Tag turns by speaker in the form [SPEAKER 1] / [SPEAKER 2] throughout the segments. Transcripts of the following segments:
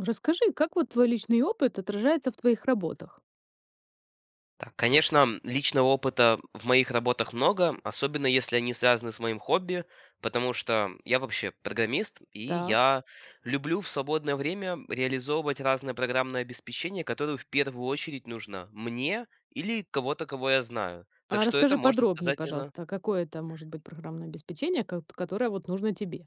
[SPEAKER 1] Расскажи, как вот твой личный опыт отражается в твоих работах?
[SPEAKER 2] Так, конечно, личного опыта в моих работах много, особенно если они связаны с моим хобби, потому что я вообще программист, и
[SPEAKER 1] Так.
[SPEAKER 2] я люблю в свободное время реализовывать разное программное обеспечение, которое в первую очередь нужно мне или кого-то, кого я знаю. Так
[SPEAKER 1] А
[SPEAKER 2] что это,
[SPEAKER 1] расскажи
[SPEAKER 2] можно
[SPEAKER 1] подробнее,
[SPEAKER 2] сказать,
[SPEAKER 1] пожалуйста, какое это может быть программное обеспечение, которое вот нужно тебе.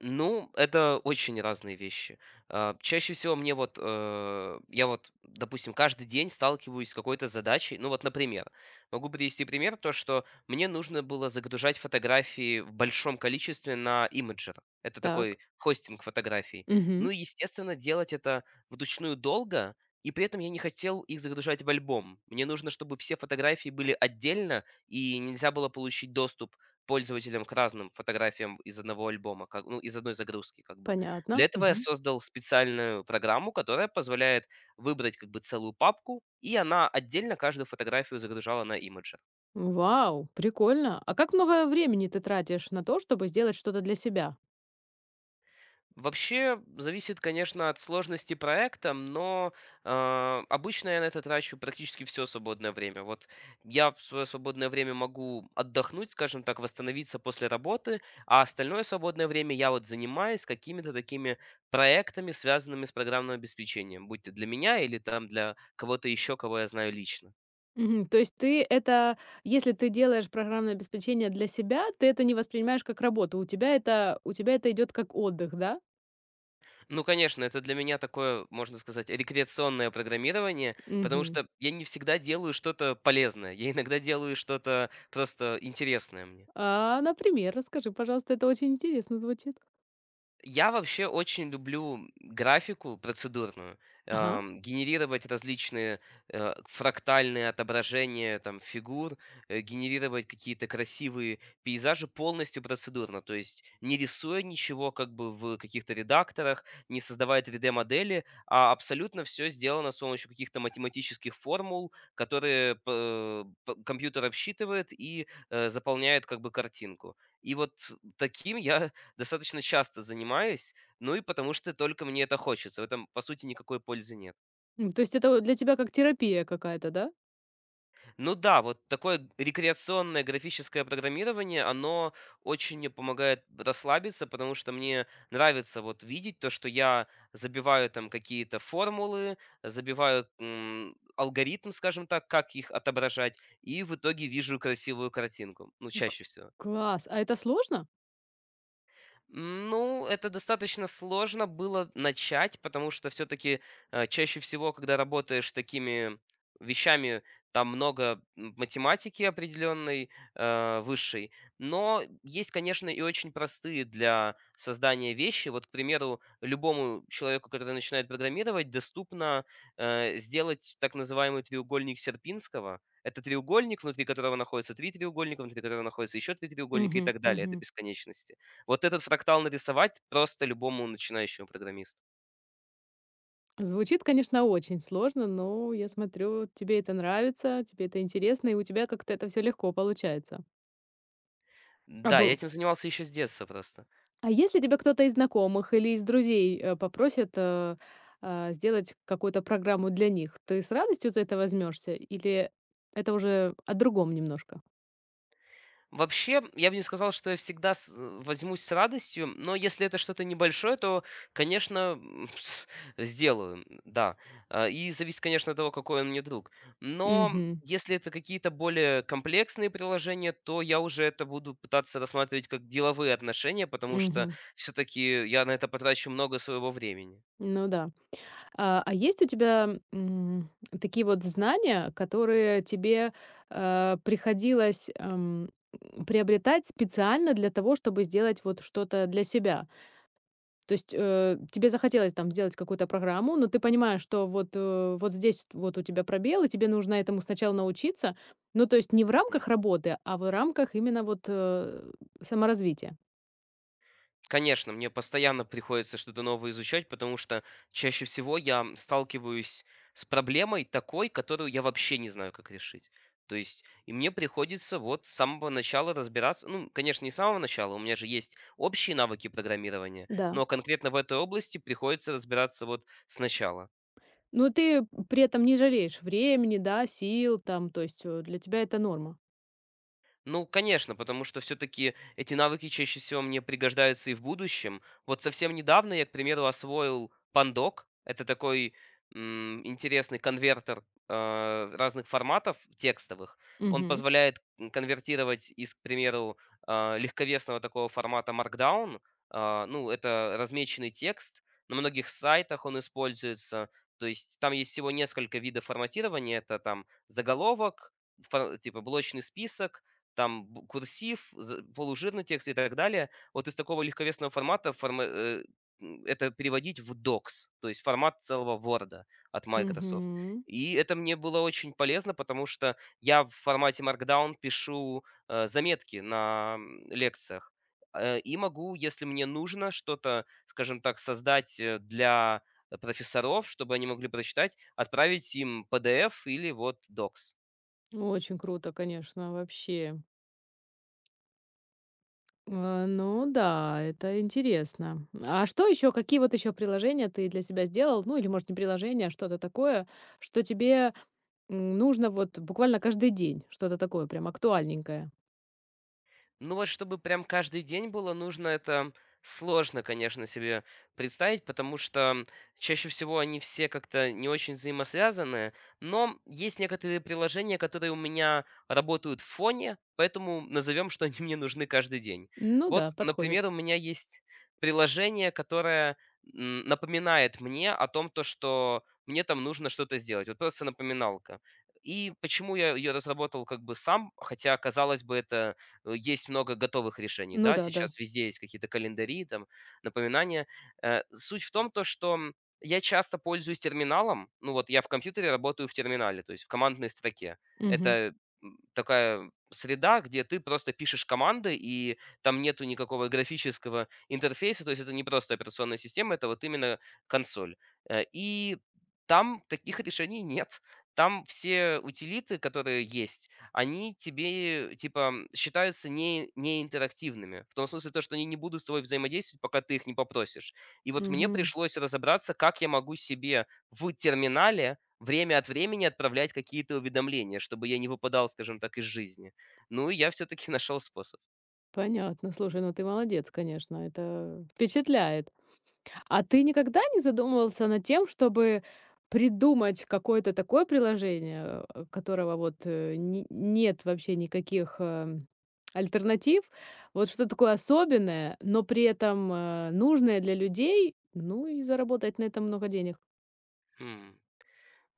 [SPEAKER 2] ну, это очень разные вещи. Чаще всего мне вот, я вот, допустим, каждый день сталкиваюсь с какой-то задачей. Ну вот, например, могу привести пример, то, что мне нужно было загружать фотографии в большом количестве на имиджер. Это такой
[SPEAKER 1] Так.
[SPEAKER 2] хостинг фотографий. Ну
[SPEAKER 1] Мгм.
[SPEAKER 2] и, естественно, делать это вручную долго, и при этом я не хотел их загружать в альбом. Мне нужно, чтобы все фотографии были отдельно, и нельзя было получить доступ пользователям к разным фотографиям из одного альбома, как, ну, из одной загрузки как бы.
[SPEAKER 1] Понятно.
[SPEAKER 2] Для этого я
[SPEAKER 1] Мгм.
[SPEAKER 2] создал специальную программу, которая позволяет выбрать как бы целую папку, и она отдельно каждую фотографию загружала на Imgur.
[SPEAKER 1] Вау, прикольно. А как много времени ты тратишь на то, чтобы сделать что-то для себя?
[SPEAKER 2] Вообще, зависит, конечно, от сложности проекта, но, обычно я на это трачу практически все свободное время. Вот я в своё свободное время могу отдохнуть, скажем так, восстановиться после работы, а остальное свободное время я вот занимаюсь какими-то такими проектами, связанными с программным обеспечением, будь то для меня или там для кого-то еще, кого я знаю лично.
[SPEAKER 1] Мгм. То есть ты это, если ты делаешь программное обеспечение для себя, ты это не воспринимаешь как работу. У тебя это идет как отдых, да?
[SPEAKER 2] Ну, конечно, это для меня такое, можно сказать, рекреационное программирование, потому
[SPEAKER 1] Мгм.
[SPEAKER 2] что я не всегда делаю что-то полезное. Я иногда делаю что-то просто интересное мне.
[SPEAKER 1] А, например, расскажи, пожалуйста, это очень интересно звучит.
[SPEAKER 2] Я вообще очень люблю графику процедурную,
[SPEAKER 1] Ага.
[SPEAKER 2] генерировать различные фрактальные отображения там, фигур, генерировать какие-то красивые пейзажи полностью процедурно, то есть не рисуя ничего как бы в каких-то редакторах, не создавая 3D-модели, а абсолютно все сделано с помощью каких-то математических формул, которые компьютер обсчитывает и заполняет как бы картинку. И вот таким я достаточно часто занимаюсь, ну и потому что только мне это хочется. В этом, по сути, никакой пользы нет.
[SPEAKER 1] То есть это вот для тебя как терапия какая-то, да?
[SPEAKER 2] Ну да, вот такое рекреационное графическое программирование, оно очень мне помогает расслабиться, потому что мне нравится вот видеть то, что я забиваю там какие-то формулы, забиваю алгоритм, скажем так, как их отображать, и в итоге вижу красивую картинку. Ну,
[SPEAKER 1] Ну, К
[SPEAKER 2] чаще всего.
[SPEAKER 1] класс. А это сложно?
[SPEAKER 2] Ну, это достаточно сложно было начать, потому что все-таки чаще всего, когда работаешь такими вещами, там много математики определенной, высшей. Но есть, конечно, и очень простые для создания вещи. Вот, к примеру, любому человеку, который начинает программировать, доступно сделать так называемый треугольник Серпинского. Это треугольник, внутри которого находятся три треугольника, внутри которого находится еще три треугольника и
[SPEAKER 1] Мгм,
[SPEAKER 2] так далее до
[SPEAKER 1] мгм.
[SPEAKER 2] бесконечности. Вот этот фрактал нарисовать просто любому начинающему программисту.
[SPEAKER 1] Звучит, конечно, очень сложно, но я смотрю, тебе это нравится, тебе это интересно, и у тебя как-то это все легко получается. А
[SPEAKER 2] Да, я
[SPEAKER 1] бы
[SPEAKER 2] этим занимался еще с детства просто.
[SPEAKER 1] а если тебя кто-то из знакомых или из друзей, попросит, сделать какую-то программу для них, ты с радостью за это возьмешься или это уже о другом немножко?
[SPEAKER 2] Вообще, я бы не сказал, что я всегда с возьмусь с радостью, но если это что-то небольшое, то, конечно, с сделаю, да. А, и зависит, конечно, от того, какой он мне друг. Но
[SPEAKER 1] Угу,
[SPEAKER 2] если это какие-то более комплексные приложения, то я уже это буду пытаться рассматривать как деловые отношения, потому что
[SPEAKER 1] угу.
[SPEAKER 2] все-таки я на это потрачу много своего времени.
[SPEAKER 1] Ну да. А есть у тебя, такие вот знания, которые тебе, приходилось, приобретать специально для того, чтобы сделать вот что-то для себя? То есть, тебе захотелось там сделать какую-то программу, но ты понимаешь, что вот, вот здесь вот у тебя пробел, и тебе нужно этому сначала научиться. Ну, то есть не в
[SPEAKER 2] Мгм.
[SPEAKER 1] рамках работы, а в рамках именно вот, саморазвития.
[SPEAKER 2] Конечно, мне постоянно приходится что-то новое изучать, потому что чаще всего я сталкиваюсь с проблемой такой, которую я вообще не знаю, как решить. То есть, и мне приходится вот с самого начала разбираться. Ну, конечно, не с самого начала, у меня же есть общие навыки программирования, но
[SPEAKER 1] Да.
[SPEAKER 2] конкретно в этой области приходится разбираться вот сначала.
[SPEAKER 1] Но ты при этом не жалеешь времени, да, сил там, то есть, для тебя это норма.
[SPEAKER 2] Ну, конечно, потому что все-таки эти навыки чаще всего мне пригождаются и в будущем. Вот совсем недавно я, к примеру, освоил Pandoc. Это такой интересный конвертер разных форматов текстовых. Он
[SPEAKER 1] Мгм.
[SPEAKER 2] позволяет конвертировать из, к примеру, легковесного такого формата Markdown. А, ну, это размеченный текст. На многих сайтах он используется. То есть там есть всего несколько видов форматирования. Это там заголовок, типа блочный список, там б курсив, з полужирный текст и так далее. Вот из такого легковесного формата это переводить в Docs, то есть формат целого "Ворда" от Microsoft.
[SPEAKER 1] Мгм.
[SPEAKER 2] И это мне было очень полезно, потому что я в формате Markdown пишу, заметки на, лекциях, и могу, если мне нужно что-то, скажем так, создать, для профессоров, чтобы они могли прочитать, отправить им PDF или вот Docs.
[SPEAKER 1] Очень круто, конечно, вообще. А, ну да, это интересно. А что еще, какие вот еще приложения ты для себя сделал? Ну или, может, не приложение, а что-то такое, что тебе, нужно вот буквально каждый день, что-то такое прям актуальненькое.
[SPEAKER 2] Ну вот, чтобы прям каждый день было нужно, это сложно, конечно, себе представить, потому что чаще всего они все как-то не очень взаимосвязаны, но есть некоторые приложения, которые у меня работают в фоне, поэтому назовем, что они мне нужны каждый день.
[SPEAKER 1] Ну
[SPEAKER 2] Вот,
[SPEAKER 1] да, подходит.
[SPEAKER 2] например, у меня есть приложение, которое напоминает мне о том, то, что мне там нужно что-то сделать. Вот просто напоминалка. И почему я ее разработал как бы сам, хотя, казалось бы, это есть много готовых решений,
[SPEAKER 1] Ну
[SPEAKER 2] да,
[SPEAKER 1] да, да.
[SPEAKER 2] сейчас везде есть какие-то календари, там, напоминания. Суть в том, то, что я часто пользуюсь терминалом, ну вот я в компьютере работаю в терминале, то есть в командной строке.
[SPEAKER 1] Мгм.
[SPEAKER 2] Это такая среда, где ты просто пишешь команды, и там нету никакого графического интерфейса, то есть это не просто операционная система, это вот именно консоль. И там таких решений нет. Там все утилиты, которые есть, они тебе, типа, считаются не, неинтерактивными. В том смысле, то, что они не будут с тобой взаимодействовать, пока ты их не попросишь. И вот мне
[SPEAKER 1] Мгм.
[SPEAKER 2] пришлось разобраться, как я могу себе в терминале время от времени отправлять какие-то уведомления, чтобы я не выпадал, скажем так, из жизни. Ну, и я все-таки нашел способ.
[SPEAKER 1] Понятно. Слушай, ну ты молодец, конечно, это впечатляет. А ты никогда не задумывался над тем, чтобы придумать какое-то такое приложение, которого вот нет вообще никаких альтернатив? Вот что такое особенное, но при этом нужное для людей, ну и заработать на этом много денег.
[SPEAKER 2] М.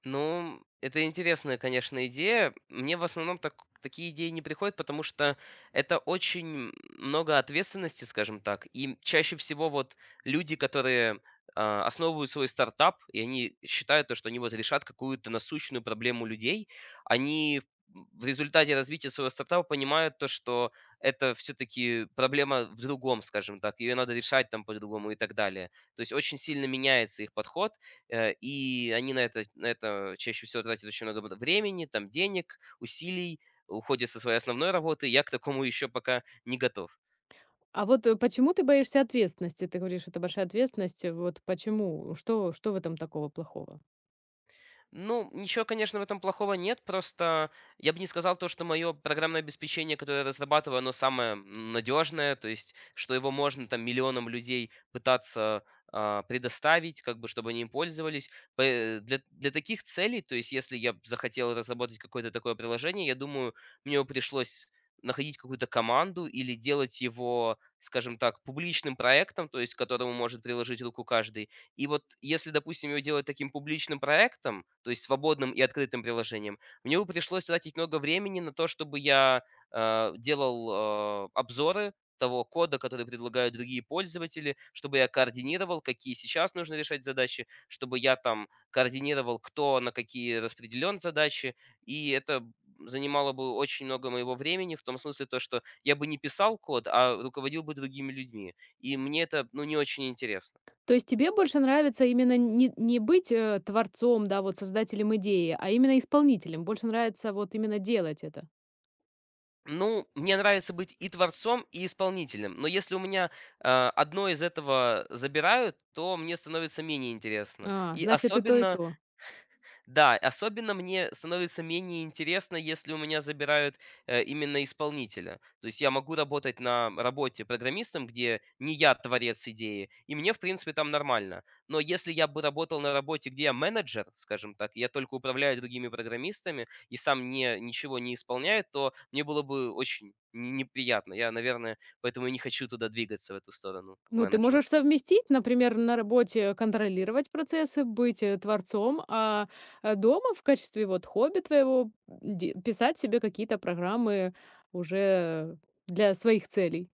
[SPEAKER 2] Ну, это интересная, конечно, идея. Мне в основном так, такие идеи не приходят, потому что это очень много ответственности, скажем так. И чаще всего вот люди, которые основывают свой стартап, и они считают, то, что они вот решат какую-то насущную проблему людей, они в результате развития своего стартапа понимают то, что это все-таки проблема в другом, скажем так, ее надо решать там по-другому и так далее. То есть очень сильно меняется их подход, и они на это чаще всего тратят очень много б времени, там денег, усилий, уходят со своей основной работы. Я к такому еще пока не готов.
[SPEAKER 1] А вот почему ты боишься ответственности? Ты говоришь, это большая ответственность. Вот почему? Что в этом такого плохого?
[SPEAKER 2] Ну, ничего, конечно, в этом плохого нет, просто я бы не сказал то, что мое программное обеспечение, которое я разрабатываю, оно самое надежное, то есть, что его можно там миллионам людей пытаться предоставить, как бы, чтобы они им пользовались. Для таких целей, то есть, если я б захотел разработать какое-то такое приложение, я думаю, мне бы пришлось находить какую-то команду или делать его, скажем так, публичным проектом, то есть, к которому может приложить руку каждый, и вот если, допустим, его делать таким публичным проектом, то есть свободным и открытым приложением, мне бы пришлось тратить много времени на то, чтобы я делал обзоры того кода, который предлагают другие пользователи, чтобы я координировал, какие сейчас нужно решать задачи, чтобы я там координировал, кто на какие распределен задачи, и это занимало бы очень много моего времени, в том смысле то, что я бы не писал код, а руководил бы другими людьми. И мне это, ну, не очень интересно.
[SPEAKER 1] То есть тебе больше нравится именно не быть, творцом, да, вот создателем идеи, а именно исполнителем. Больше нравится вот именно делать это.
[SPEAKER 2] Ну, мне нравится быть и творцом, и исполнителем. Но если у меня э, одно из этого забирают, то мне становится менее интересно.
[SPEAKER 1] А,
[SPEAKER 2] И
[SPEAKER 1] значит, и то, и
[SPEAKER 2] особенно
[SPEAKER 1] то.
[SPEAKER 2] да, особенно мне становится менее интересно, если у меня забирают именно исполнителя. То есть я могу работать на работе программистом, где не я творец идеи, и мне, в принципе, там нормально. Но если я бы работал на работе, где я менеджер, скажем так, я только управляю другими программистами и сам не, ничего не исполняю, то мне было бы очень неприятно. Я, наверное, поэтому и не хочу туда двигаться, в эту сторону, в
[SPEAKER 1] Ну, ты
[SPEAKER 2] менеджмент.
[SPEAKER 1] можешь совместить, например, на работе контролировать процессы, быть, творцом, а, дома в качестве вот хобби твоего де писать себе какие-то программы уже для своих целей.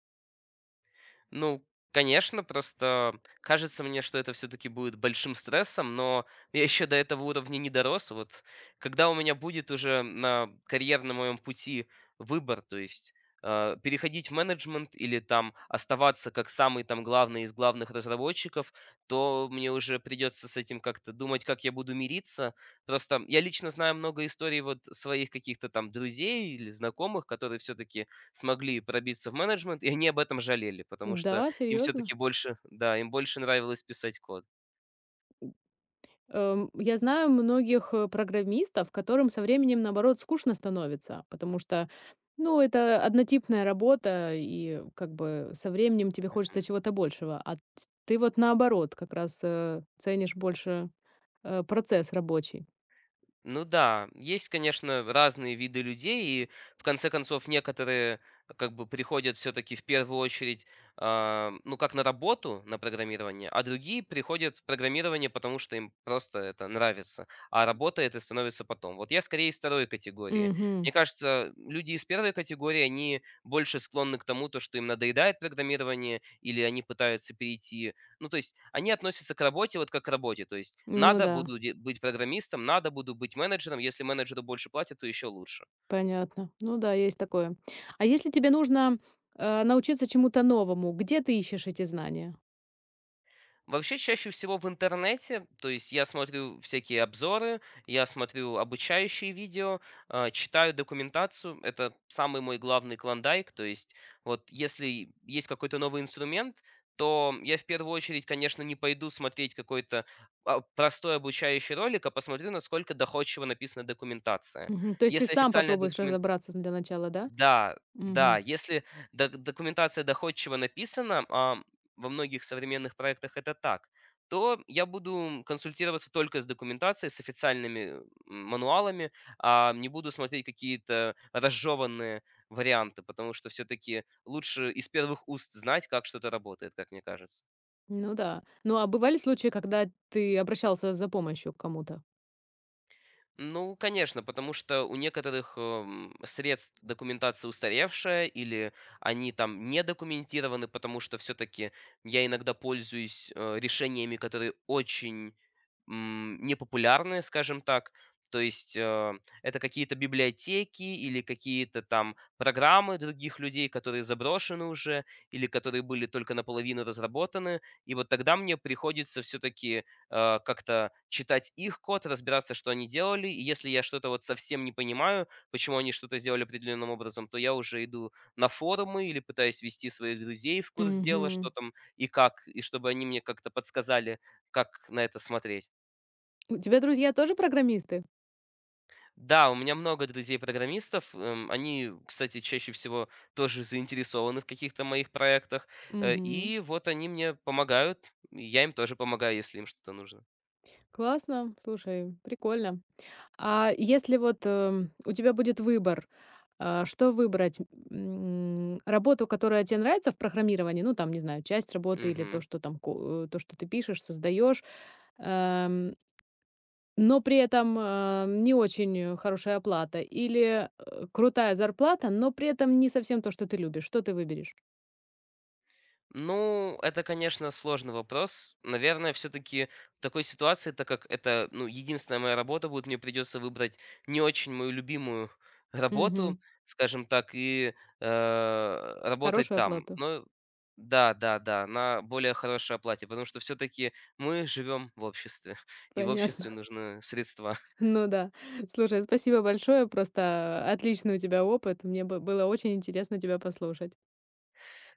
[SPEAKER 2] Ну, конечно, просто кажется мне, что это все-таки будет большим стрессом, но я еще до этого уровня не дорос. Вот когда у меня будет уже на карьерном моем пути выбор, то есть переходить в менеджмент или там оставаться как самый там главный из главных разработчиков, то мне уже придется с этим как-то думать, как я буду мириться. Просто я лично знаю много историй вот своих каких-то там друзей или знакомых, которые все-таки смогли пробиться в менеджмент, и они об этом жалели, потому что
[SPEAKER 1] Да,
[SPEAKER 2] им все-таки
[SPEAKER 1] серьезно?
[SPEAKER 2] больше, да, им больше нравилось писать код.
[SPEAKER 1] Я знаю многих, программистов, которым со временем, наоборот, скучно становится, потому что, ну, это однотипная работа, и как бы со временем тебе хочется чего-то большего. А т Ты вот наоборот как раз, ценишь больше, процесс рабочий.
[SPEAKER 2] Ну да, есть, конечно, разные виды людей, и в конце концов некоторые как бы приходят все-таки в первую очередь, ну как на работу, на программирование, а другие приходят в программирование, потому что им просто это нравится, а работа это становится потом. Вот я скорее из второй категории.
[SPEAKER 1] Угу,
[SPEAKER 2] Мне кажется, люди из первой категории, они больше склонны к тому, то, что им надоедает программирование, или они пытаются перейти ну, то есть они относятся к работе вот как к работе. То есть
[SPEAKER 1] ну
[SPEAKER 2] надо,
[SPEAKER 1] да,
[SPEAKER 2] буду быть программистом, надо, буду быть менеджером. Если менеджеру больше платят, то еще лучше.
[SPEAKER 1] понятно. Ну да, есть такое. А если тебе нужно, научиться чему-то новому, где ты ищешь эти знания?
[SPEAKER 2] Вообще, чаще всего в интернете, то есть я смотрю всякие обзоры, я смотрю обучающие видео, читаю документацию. Это самый мой главный клондайк. То есть вот если есть какой-то новый инструмент, то я в первую очередь, конечно, не пойду смотреть какой-то простой обучающий ролик, а посмотрю, насколько доходчиво написана документация.
[SPEAKER 1] Мгм. То есть ты
[SPEAKER 2] Если
[SPEAKER 1] сам
[SPEAKER 2] официальная
[SPEAKER 1] попробуешь
[SPEAKER 2] документация
[SPEAKER 1] разобраться для начала, да?
[SPEAKER 2] да, да,
[SPEAKER 1] Мгм.
[SPEAKER 2] если документация доходчиво написана, а во многих современных проектах это так, то я буду консультироваться только с документацией, с официальными, мануалами, а не буду смотреть какие-то разжеванные варианты, потому что все-таки лучше из первых уст знать, как что-то работает, как мне кажется.
[SPEAKER 1] Ну да. Ну, а бывали случаи, когда ты обращался за помощью к кому-то?
[SPEAKER 2] Ну, конечно, потому что у некоторых средств документация устаревшая, или они там не документированы, потому что все-таки я иногда пользуюсь решениями, которые очень непопулярные, скажем так. То есть это какие-то библиотеки или какие-то там программы других людей, которые заброшены уже или которые были только наполовину разработаны. И вот тогда мне приходится все-таки как-то читать их код, разбираться, что они делали. И если я что-то вот совсем не понимаю, почему они что-то сделали определенным образом, то я уже иду на форумы или пытаюсь вести своих друзей в курс дела, что
[SPEAKER 1] Мгм.
[SPEAKER 2] там и как, и чтобы они мне как-то подсказали, как на это смотреть.
[SPEAKER 1] У тебя друзья тоже программисты?
[SPEAKER 2] Да, у меня много друзей-программистов. Они, кстати, чаще всего тоже заинтересованы в каких-то моих проектах.
[SPEAKER 1] Мгм.
[SPEAKER 2] И вот они мне помогают, и я им тоже помогаю, если им что-то нужно.
[SPEAKER 1] Классно, слушай, прикольно. А если вот, у тебя будет выбор, что выбрать? Работу, которая тебе нравится в программировании, ну, там, не знаю, часть работы или то,
[SPEAKER 2] Мгм.
[SPEAKER 1] что там то, что ты пишешь, создаешь, эм Но при этом, не очень, хорошая оплата или, крутая зарплата, но при этом не совсем то, что ты любишь. Что ты выберешь?
[SPEAKER 2] Ну, это, конечно, сложный вопрос. Наверное, все-таки в такой ситуации, так как это, ну, единственная моя работа будет, мне придется выбрать не очень мою любимую работу,
[SPEAKER 1] Мгм.
[SPEAKER 2] скажем так, и работать
[SPEAKER 1] Хорошую
[SPEAKER 2] там.
[SPEAKER 1] оплату.
[SPEAKER 2] Но да, да, да, на более хорошей оплате, потому что все-таки мы живем в обществе, и в обществе
[SPEAKER 1] Понятно.
[SPEAKER 2] нужны средства.
[SPEAKER 1] Ну да. Слушай, спасибо большое. Просто отличный у тебя опыт. Мне бы было очень интересно тебя послушать.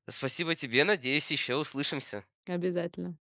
[SPEAKER 2] Спасибо тебе, надеюсь, еще услышимся.
[SPEAKER 1] Обязательно.